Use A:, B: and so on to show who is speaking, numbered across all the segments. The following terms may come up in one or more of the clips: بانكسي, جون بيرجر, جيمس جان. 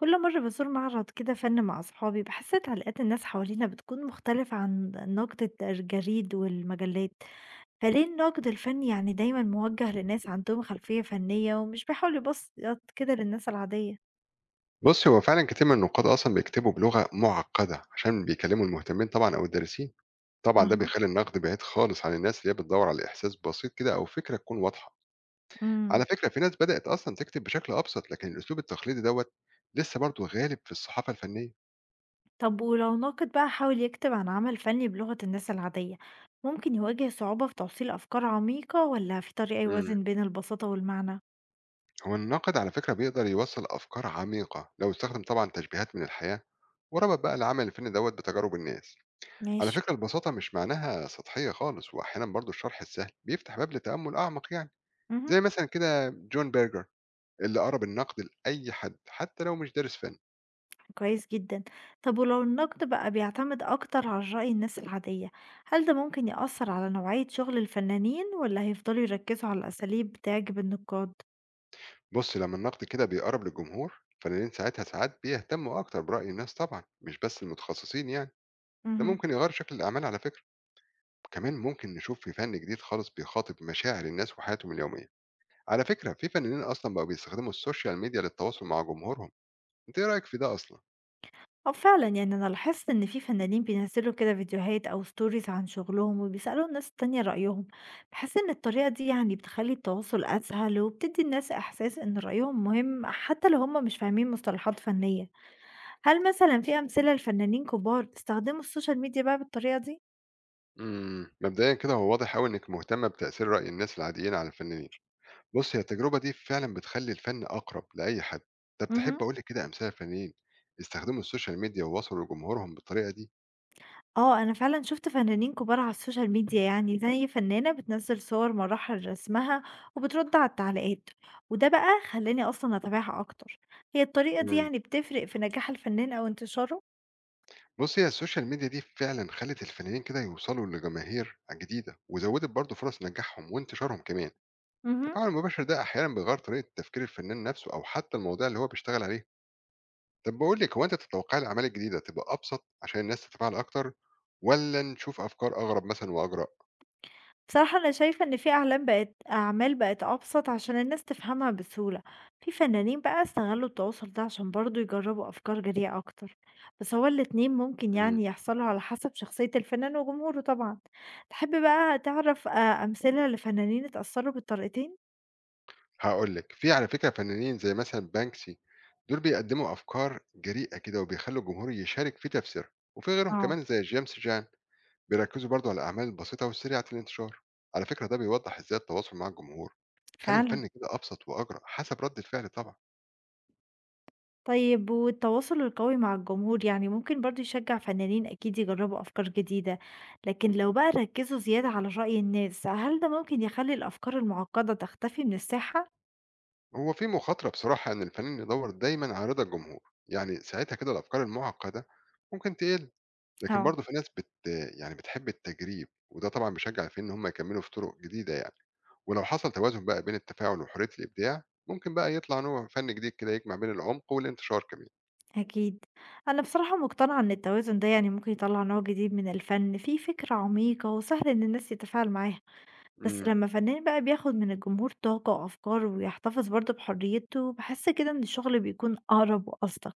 A: كل مرة بزور معرض كده فن مع أصحابي بحس تعليقات الناس حوالينا بتكون مختلفة عن نقد الجريد والمجلات. فليه النقد الفني يعني دايما موجه لناس عندهم خلفية فنية ومش بيحاول يبسط كده للناس العادية.
B: بُص، هو فعلًا كتير من النقاد أصلًا بيكتبوا بلغة مُعقّدة عشان بيكلموا المهتمين طبعًا أو الدارسين، طبعًا ده
A: أها.
B: بيخلّي النقد بعيد خالص عن الناس اللي هي بتدوّر على إحساس بسيط كده أو فكرة تكون واضحة،
A: امم
B: على فكرة في ناس بدأت أصلًا تكتب بشكل أبسط، لكن الأسلوب التقليدي دوّة لسه برضه غالب في الصحافة الفنية.
A: طب ولو ناقد بقى حاول يكتب عن عمل فني بلغة الناس العادية، ممكن يواجه صعوبة في توصيل أفكار عميقة ولا في طريقة
B: إمم،
A: يوازن بين البساطة والمعنى؟
B: هو الناقد على فكرة بيقدر يوصّل أفكار عميقة لو استخدم طبعًا تشبيهات من الحياة، وربط بقى العمل الفني دوّة بتجارب الناس. على
A: ماشي.
B: فكرة البساطة مش معناها سطحية خالص، وأحيانًا برضه الشرح السهل بيفتح باب لتأمُّل أعمق يعني.
A: مهم.
B: زي مثلًا كده جون بيرجر اللي قرَب النقد لأي حد، حتى لو مش دارس فَن.
A: كويس جدًا. طب ولو النقد بقى بيعتمد أكتر على رأي الناس العادية، هل ده ممكن يأثر على نوعية شغل الفنانين والّا هيفضلوا يركزوا على الأساليب تعجب النقاد؟
B: بُص، لمّا النقد كده بيقرَب للجمهور، الفنانين ساعتها ساعات بيهتمّوا أكتر برأي الناس طبعًا، مش بس المتخصصين يعني. ده
A: اهم.
B: ممكن يغيّر شكل الأعمال على فكرة. كمان ممكن نشوف في فَن جديد خالص بيخاطب مشاعر الناس وحياتهم اليومية. على فكرة في فنانين أصلًا بقوا بيستخدموا السوشيال ميديا للتواصل مع جمهورهم. أنت إيه رأيك في ده أصلًا؟
A: آه فعلًا، يعني أنا لاحظت إن في فنانين بينزّلوا كده فيديوهات أو stories عن شغلهم وبيسألوا الناس التانية رأيهم. باحس إن الطريقة دي يعني بتخلّي التواصل أسهل وبتدّي الناس إحساس إن رأيهم مهم حتى لو هم مش فاهمين مصطلحات فنية. هل مثلًا في أمثلة لفنانين كبار استخدموا السوشيال ميديا بقى بالطريقة دي؟
B: مبدئيًا كده هو واضح أوي إنِّك مهتمة بتأثير رأي الناس العاديين على الفنانين. بُص، هي التجربة دي فعلًا بتخلّي الفن أقرب لأي حد. طب تحب
A: اهم.
B: أقول لك كده أمثلة لفنانين استخدموا السوشيال ميديا ووصلوا لجمهورهم بالطريقة دي؟
A: آه، أنا فعلًا شُفت فنانين كبار على السوشيال ميديا يعني، زي فنانة بتنزّل صور مراحل رسمها وبترد على التعليقات، وده بقى خلّاني أصلًا أتابعها أكتر. هي الطريقة دي
B: إمم.
A: يعني بتفرق في نجاح الفنان أو انتشاره؟
B: بُص، هي السوشيال ميديا دي فعلًا خلّت الفنانين كده يوصلوا لجماهير جديدة، وزوّدت برضه فرص نجاحهم وانتشارهم كمان.
A: اهم.
B: التفاعل المباشر ده أحيانًا بيغيّر طريقة تفكير الفنان نفسه أو حتى المواضيع اللي هو بيشتغل عليها. طب باقول لِك، هو أنتِ تتوقعي الأعمال الجديدة تبقى أبسط عشان الناس تتفاعل أكتر، والّا نشوف أفكار أغرب مثلًا وأجرأ؟
A: بصراحة أنا شايفة إن في أعلام بقت أعمال بقت أبسط عشان الناس تفهمها بسهولة، في فنانين بقى استغلوا التواصل ده عشان برضو يجربوا أفكار جريئة أكتر، بس هو الاتنين ممكن
B: إمم.
A: يعني يحصلوا على حسب شخصية الفنان وجمهوره طبعا. تحب بقى تعرف آه، أمثلة لفنانين اتأثروا بالطريقتين؟
B: هاقول لِك، في على فكرة فنانين زي مثلًا بانكسي، دول بيقدّموا أفكار جريئة كده وبيخلّوا الجمهور يشارك في تفسيرها، وفي غيرهم
A: اه
B: كمان زي جيمس جان بيركّزوا برضه على الأعمال البسيطة والسريعة الانتشار. على فكرة ده بيوضّح إزاي التواصل مع الجمهور يخلّي
A: فعلا.
B: الفن كده أبسط وأجرأ حسب ردة فعل طبعًا.
A: طيب والتواصل القوي مع الجمهور يعني ممكن برضو يشجع فنانين أكيد يجربوا أفكار جديدة، لكن لو بقى ركزوا زيادة على رأي الناس هل ده ممكن يخلي الأفكار المعقدة تختفي من الساحة؟
B: هو في مخاطرة بصراحة إن الفنان يدوّر دايمًا على رضا الجمهور، يعني ساعتها كده الأفكار المعقدة ممكن تقِل، لكن
A: اه.
B: برضه في ناس يعني بتحب التجريب وده طبعًا بيشجّع الفنانين إن هم يكمّلوا في طُرق جديدة يعني. ولو حصل توازن بقى بين التفاعل وحرية الإبداع ممكن بقى يطلع نوع فن جديد كده يجمع بين العمق والانتشار كمان.
A: أكيد. أنا بصراحة مقتنعة إن التوازن ده يعني ممكن يطلع نوع جديد من الفن فيه فكرة عميقة وسهل إن الناس تتفاعل معاها، بس
B: امم
A: لمّا فنان بقى بياخد من الجمهور طاقة وأفكار ويحتفظ برضه بحريته، باحس كده إن الشغل بيكون أقرب وأصدق.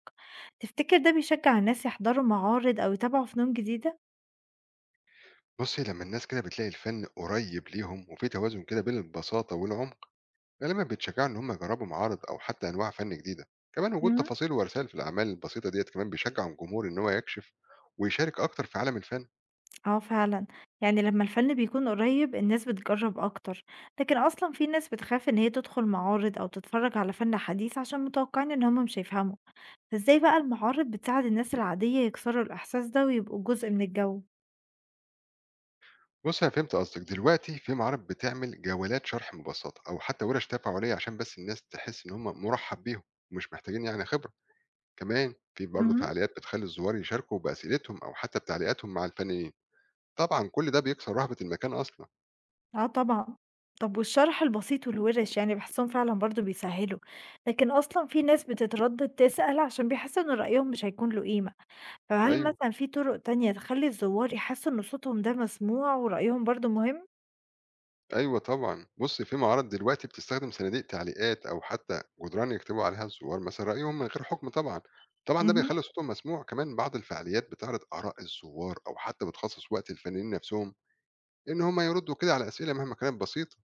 A: تفتكر ده بيشجع الناس يحضروا معارض أو يتابعوا فنون جديدة؟
B: بصي لما الناس كده بتلاقي الفن قريب ليهم وفي توازن كده بين البساطة والعمق غالبا بيتشجعوا إن هم يجربوا معارض أو حتى أنواع فن جديدة، كمان وجود
A: مهم.
B: تفاصيل ورسائل في الأعمال البسيطة ديت كمان بيشجع الجمهور إن هو يكشف ويشارك أكتر في عالم الفن.
A: آه فعلًا، يعني لمّا الفن بيكون قريب الناس بتجرب أكتر، لكن أصلًا في ناس بتخاف إن هي تدخل معارض أو تتفرج على فن حديث عشان متوقعين إن هم مش هيفهموا. فإزاي بقى المعارض بتساعد الناس العادية يكسروا الإحساس ده ويبقوا جزء من الجو؟
B: بص أنا فهمت قصدك دلوقتي، في معارض بتعمل جولات شرح مبسطة أو حتى ورش تفاعلية عشان بس الناس تحس إن هم مرحب بيهم ومش محتاجين يعني خبرة، كمان في برضه
A: مهم.
B: فعاليات بتخلي الزوار يشاركوا بأسئلتهم أو حتى بتعليقاتهم مع الفنانين. طبعا كل ده بيكسر رهبة المكان أصلا.
A: آه طبعًا. طب والشرح البسيط والوِرِش يعني باحسّهم فعلًا برضه بيسهّلوا، لكن أصلًا في ناس بتتردّد تسأل عشان بيحسّوا إن رأيهم مش هيكون له قيمة، فهل
B: أيوه
A: مثلًا في طُرق تانية تخلّي الزوّار يحسّوا إن صوتهم ده مسموع ورأيهم برضه مهم؟
B: أيوه، طبعا بص في معارض دلوقتي بتستخدم صناديق تعليقات أو حتى جدران يكتبوا عليها الزوار مثلا رأيهم من غير حكم طبعا. طبعا ده
A: اهم.
B: بيخلي صوتهم مسموع، كمان بعض الفعاليات بتعرض آراء الزوار أو حتى بتخصص وقت الفنانين نفسهم إن هم يردوا كده على أسئلة مهما كانت بسيطة.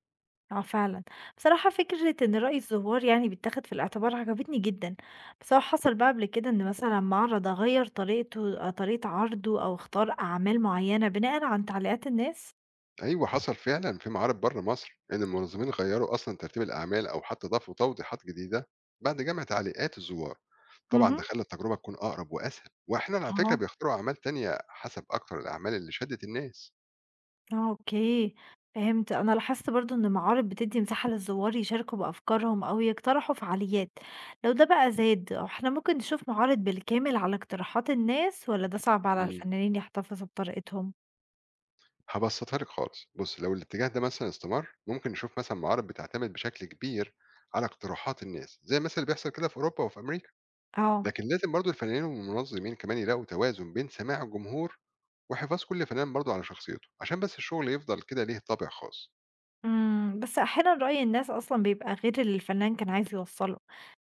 A: آه فعلًا. بصراحة فكرة إن رأي الزوّار يعني بيتاخد في الاعتبار عجبتني جدًا، بس هو حصل بقى قبل كده إن مثلًا معرض أغيّر طريقته طريقة عرضه أو أختار أعمال معيّنة بناءً عن تعليقات الناس؟
B: أيوه حصل فعلًا في معارض برّه مصر، إن المنظمين غيّروا أصلًا ترتيب الأعمال أو حتى ضافوا توضيحات جديدة بعد جمع تعليقات الزوار، طبعًا
A: اهم.
B: ده خلّى التجربة تكون أقرب وأسهل، وأحيانًا على فكرة
A: آه.
B: بيختاروا أعمال تانية حسب أكتر الأعمال اللي شدِّت الناس.
A: آه، أوكي، فهمت. أنا لاحظت برضه إن المعارض بتدّي مساحة للزوّار يشاركوا بأفكارهم أو يقترحوا فعاليات، لو ده بقى زاد، هو إحنا ممكن نشوف معارض بالكامل على اقتراحات الناس والّا ده صعب على
B: إمم،
A: الفنانين يحتفظوا بطريقتهم؟
B: هابسّطها لِك خالص، بُصّي لو الاتجاه ده مثلًا استمر، ممكن نشوف مثلًا معارض بتعتمد بشكل كبير على اقتراحات الناس، زي مثلًا اللي بيحصل كده في أوروبا وفي أمريكا،
A: اه.
B: لكن لازم برضه الفنانين والمنظمين كمان يلاقوا توازن بين سماع الجمهور وحفاظ كل فنان برضه على شخصيته، عشان بس الشغل يفضل كده ليه طابع خاص.
A: إمم، بس أحيانًا رأي الناس أصلًا بيبقى غير اللي الفنان كان عايز يوصّله،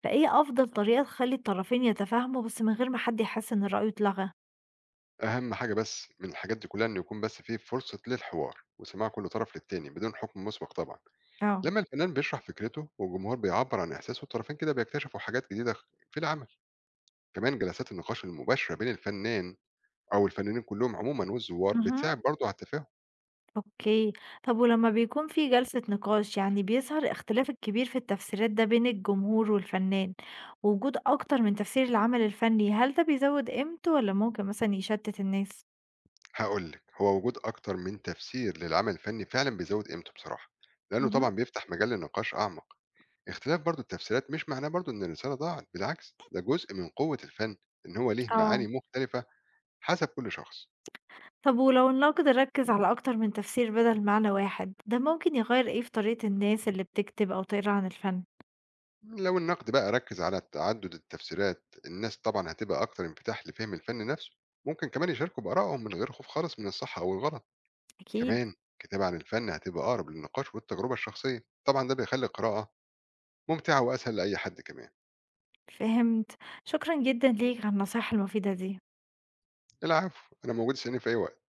A: فإيه أفضل طريقة تخلّي الطرفين يتفاهموا بس من غير ما حد يحس إن رأيه اتلغى؟
B: أهم حاجة بس من الحاجات دي كلها إنه يكون بس فيه فرصة للحوار وسماع كل طرف للتاني بدون حكم مسبق طبعا.
A: اه.
B: لما الفنان بيشرح فكرته والجمهور بيعبر عن إحساسه الطرفين كده بيكتشفوا حاجات جديدة في العمل. كمان جلسات النقاش المباشرة بين الفنان أو الفنانين كلهم عموما والزوار
A: اهم.
B: بتساعد برضه على التفاهم.
A: أوكي، طب ولما بيكون في جلسة نقاش يعني بيظهر الاختلاف الكبير في التفسيرات ده بين الجمهور والفنان، ووجود أكتر من تفسير للعمل الفني هل ده بيزود قيمته والّا ممكن مثلًا يشتت الناس؟
B: هقول لك هو وجود أكتر من تفسير للعمل الفني فعلا بيزود قيمته بصراحة. لأنه طبعا
A: اهم،
B: بيفتح مجال لنقاش أعمق، اختلاف برضه التفسيرات مش معناه برضه إن الرسالة ضاعت، بالعكس ده جزء من قوة الفن، إن هو ليه
A: آه.
B: معاني مختلفة حسب كل شخص.
A: طب ولو النقد ركز على أكتر من تفسير بدل معنى واحد، ده ممكن يغير إيه في طريقة الناس اللي بتكتب أو تقرا عن الفن؟
B: لو النقد بقى ركز على تعدد التفسيرات، الناس طبعًا هتبقى أكتر انفتاح لفهم الفن نفسه، ممكن كمان يشاركوا بآرائهم من غير خوف خالص من الصح أو الغلط،
A: أكيد،
B: كمان الكتابة عن الفن هتبقى أقرب للنقاش والتجربة الشخصية، طبعًا ده بيخلي القراءة ممتعة وأسهل لأي حد كمان.
A: فهمت، شكرًا جدًا ليك على النصايح المفيدة دي.
B: العفو، أنا موجود اسألني في أي وقت.